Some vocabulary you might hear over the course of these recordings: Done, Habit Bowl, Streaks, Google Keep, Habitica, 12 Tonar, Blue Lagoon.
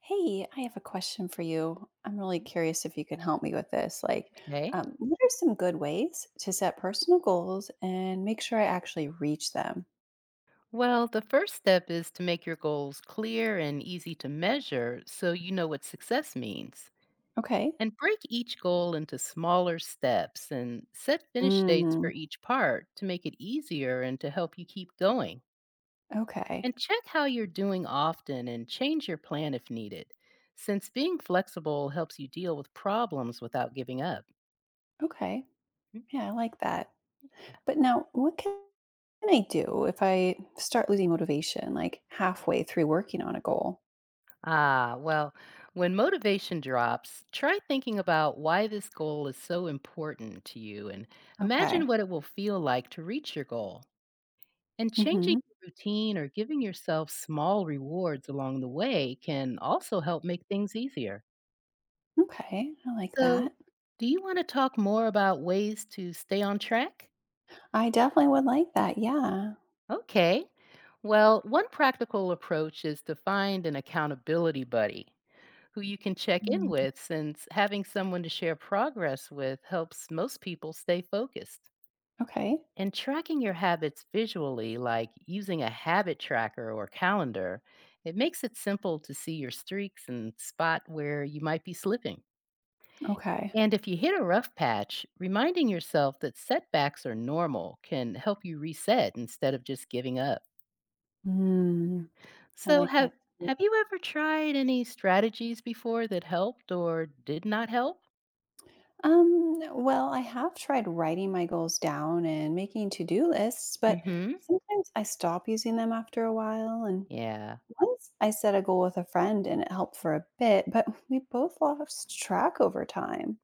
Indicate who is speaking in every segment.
Speaker 1: Hey, I have a question for you. I'm really curious if you can help me with this.
Speaker 2: Okay.
Speaker 1: What are some good ways to set personal goals and make sure I actually reach them?
Speaker 2: Well, the first step is to make your goals clear and easy to measure so you know what success means.
Speaker 1: Okay.
Speaker 2: And break each goal into smaller steps and set finish dates for
Speaker 1: Mm,
Speaker 2: each part to make it easier and to help you keep going.
Speaker 1: okay.
Speaker 2: And check how you're doing often and change your plan if needed, since being flexible helps you deal with problems without giving up.
Speaker 1: Okay. Yeah, I like that. But now, what can I do if I start losing motivation like halfway through working on a goal?
Speaker 2: Well, when motivation drops, try thinking about why this goal is so important to you and
Speaker 1: Okay.
Speaker 2: imagine what it will feel like to reach your goal. And changing
Speaker 1: Hmm.
Speaker 2: your routine or giving yourself small rewards along the way can also help make things easier.
Speaker 1: Okay. I like
Speaker 2: So,
Speaker 1: that.
Speaker 2: do you want to talk more about ways to stay on track?
Speaker 1: I definitely would like that. Yeah.
Speaker 2: Okay. Well, one practical approach is to find an accountability buddy who you can check in
Speaker 1: Mm,
Speaker 2: with since having someone to share progress with helps most people stay focused.
Speaker 1: okay.
Speaker 2: And tracking your habits visually, like using a habit tracker or calendar, it makes it simple to see your streaks and spot where you might be slipping.
Speaker 1: Okay.
Speaker 2: And if you hit a rough patch, reminding yourself that setbacks are normal can help you reset instead of just giving up.
Speaker 1: Mm, I
Speaker 2: So,
Speaker 1: like
Speaker 2: have,
Speaker 1: that.
Speaker 2: have you ever tried any strategies before that helped or did not help?
Speaker 1: I have tried writing my goals down and making to-do lists,
Speaker 2: Mm
Speaker 1: but
Speaker 2: hmm.
Speaker 1: sometimes I stop using them after a while. And
Speaker 2: Yeah.
Speaker 1: once I set a goal with a friend and it helped for a bit, but we both lost track over time.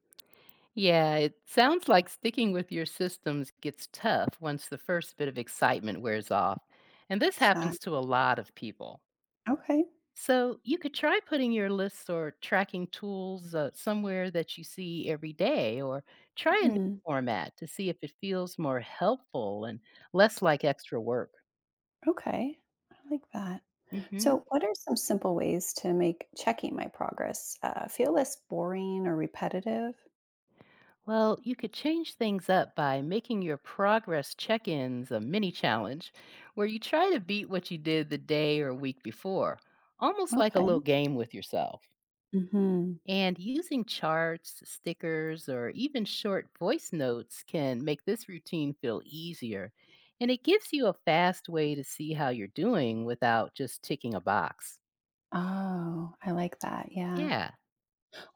Speaker 2: Yeah, it sounds like sticking with your systems gets tough once the first bit of excitement wears off. And this happens
Speaker 1: Exactly.
Speaker 2: to a lot of people.
Speaker 1: Okay.
Speaker 2: So you could try putting your lists or tracking tools somewhere that you see every day, or try a new
Speaker 1: Hmm.
Speaker 2: format to see if it feels more helpful and less like extra work.
Speaker 1: Okay. I like that.
Speaker 2: hmm
Speaker 1: So, what are some simple ways to make checking my progress feel less boring or repetitive?
Speaker 2: Well, you could change things up by making your progress check ins a mini challenge where you try to beat what you did the day or week before, almost like a little
Speaker 1: Okay.
Speaker 2: game with yourself.
Speaker 1: Hmm.
Speaker 2: And using charts, stickers, or even short voice notes can make this routine feel easier. And it gives you a fast way to see how you're doing without just ticking a box.
Speaker 1: Oh, I like that. Yeah.
Speaker 2: Yeah.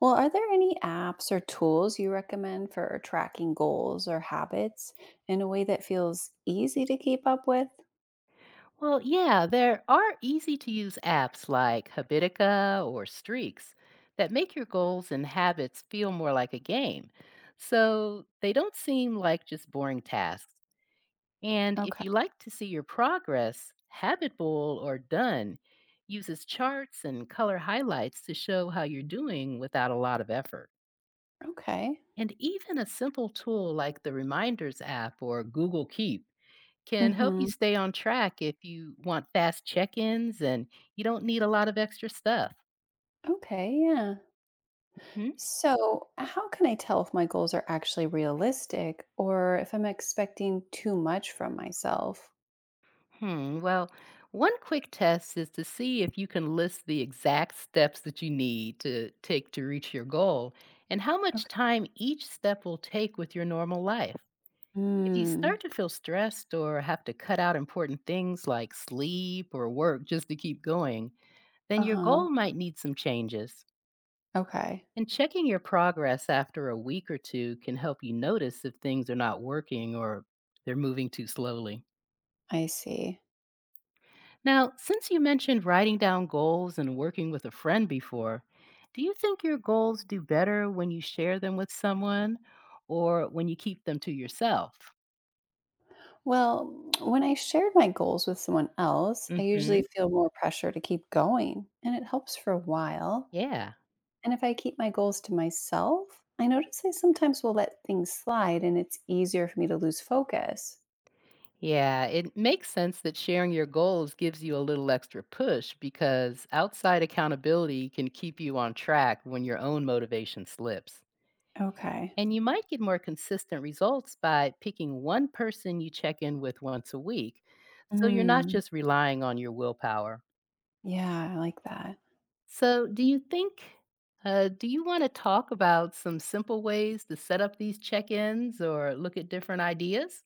Speaker 1: Well, are there any apps or tools you recommend for tracking goals or habits in a way that feels easy to keep up with?
Speaker 2: Well, yeah, there are easy to use apps like Habitica or Streaks that make your goals and habits feel more like a game. So they don't seem like just boring tasks. And if
Speaker 1: Okay.
Speaker 2: you like to see your progress, Habit Bowl or Done uses charts and color highlights to show how you're doing without a lot of effort.
Speaker 1: Okay.
Speaker 2: And even a simple tool like the Reminders app or Google Keep can help you
Speaker 1: Hmm.
Speaker 2: stay on track if you want fast check-ins and you don't need a lot of extra stuff.
Speaker 1: Okay. Yeah. So, how can I tell if my goals are actually realistic or if I'm expecting too much from myself?
Speaker 2: Hmm. Well, one quick test is to see if you can list the exact steps that you need to take to reach your goal and how much
Speaker 1: Okay.
Speaker 2: time each step will take with your normal life. If you
Speaker 1: Mm,
Speaker 2: start to feel stressed or have to cut out important things like sleep or work just to keep going, then your
Speaker 1: uh-huh.
Speaker 2: goal might need some changes.
Speaker 1: Okay.
Speaker 2: And checking your progress after a week or two can help you notice if things are not working or they're moving too slowly.
Speaker 1: I see.
Speaker 2: Now, since you mentioned writing down goals and working with a friend before, do you think your goals do better when you share them with someone or when you keep them to yourself?
Speaker 1: Well, when I shared my goals with someone else, I usually
Speaker 2: Hmm.
Speaker 1: feel more pressure to keep going, and it helps for a while.
Speaker 2: Yeah.
Speaker 1: And if I keep my goals to myself, I notice I sometimes will let things slide and it's easier for me to lose focus.
Speaker 2: Yeah, it makes sense that sharing your goals gives you a little extra push because outside accountability can keep you on track when your own motivation slips.
Speaker 1: Okay.
Speaker 2: And you might get more consistent results by picking one person you check in with once a week. So you're not
Speaker 1: Mm.
Speaker 2: just relying on your willpower.
Speaker 1: Yeah, I like that.
Speaker 2: So, do you want to talk about some simple ways to set up these check ins or look at different ideas?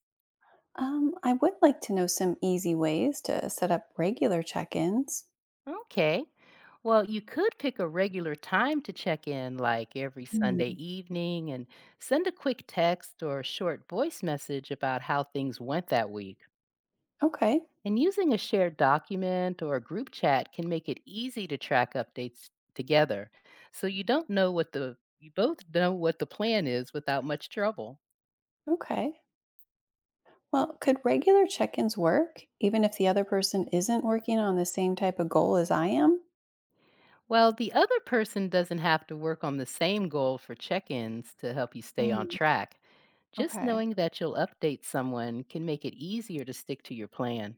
Speaker 1: I would like to know some easy ways to set up regular check ins.
Speaker 2: Okay. Well, you could pick a regular time to check in, like every
Speaker 1: Mm.
Speaker 2: Sunday evening, and send a quick text or short voice message about how things went that week.
Speaker 1: Okay.
Speaker 2: And using a shared document or a group chat can make it easy to track updates together. So you both know what the plan is without much trouble.
Speaker 1: Okay. Well, could regular check ins work even if the other person isn't working on the same type of goal as I am?
Speaker 2: Well, the other person doesn't have to work on the same goal for check-ins to help you stay on
Speaker 1: Mm.
Speaker 2: track. Just
Speaker 1: Okay.
Speaker 2: knowing that you'll update someone can make it easier to stick to your plan.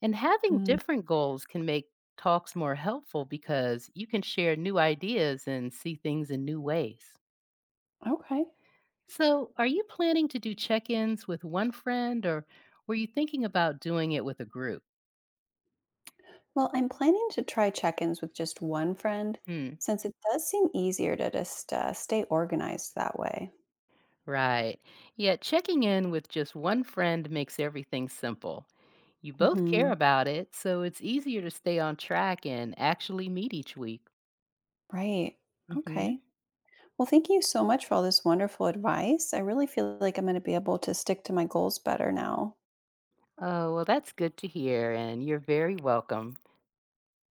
Speaker 2: And having
Speaker 1: Hmm.
Speaker 2: different goals can make talks more helpful because you can share new ideas and see things in new ways.
Speaker 1: Okay.
Speaker 2: So, are you planning to do check ins with one friend or were you thinking about doing it with a group?
Speaker 1: Well, I'm planning to try check ins with just one friend
Speaker 2: Hmm,
Speaker 1: since it does seem easier to just stay organized that way.
Speaker 2: right. Yeah, checking in with just one friend makes everything simple. You both care
Speaker 1: Hmm.
Speaker 2: about it, so it's easier to stay on track and actually meet each week.
Speaker 1: Right.
Speaker 2: hmm
Speaker 1: Okay. Well, thank you so much for all this wonderful advice. I really feel like I'm going to be able to stick to my goals better now.
Speaker 2: Oh, well, that's good to hear, and you're very welcome.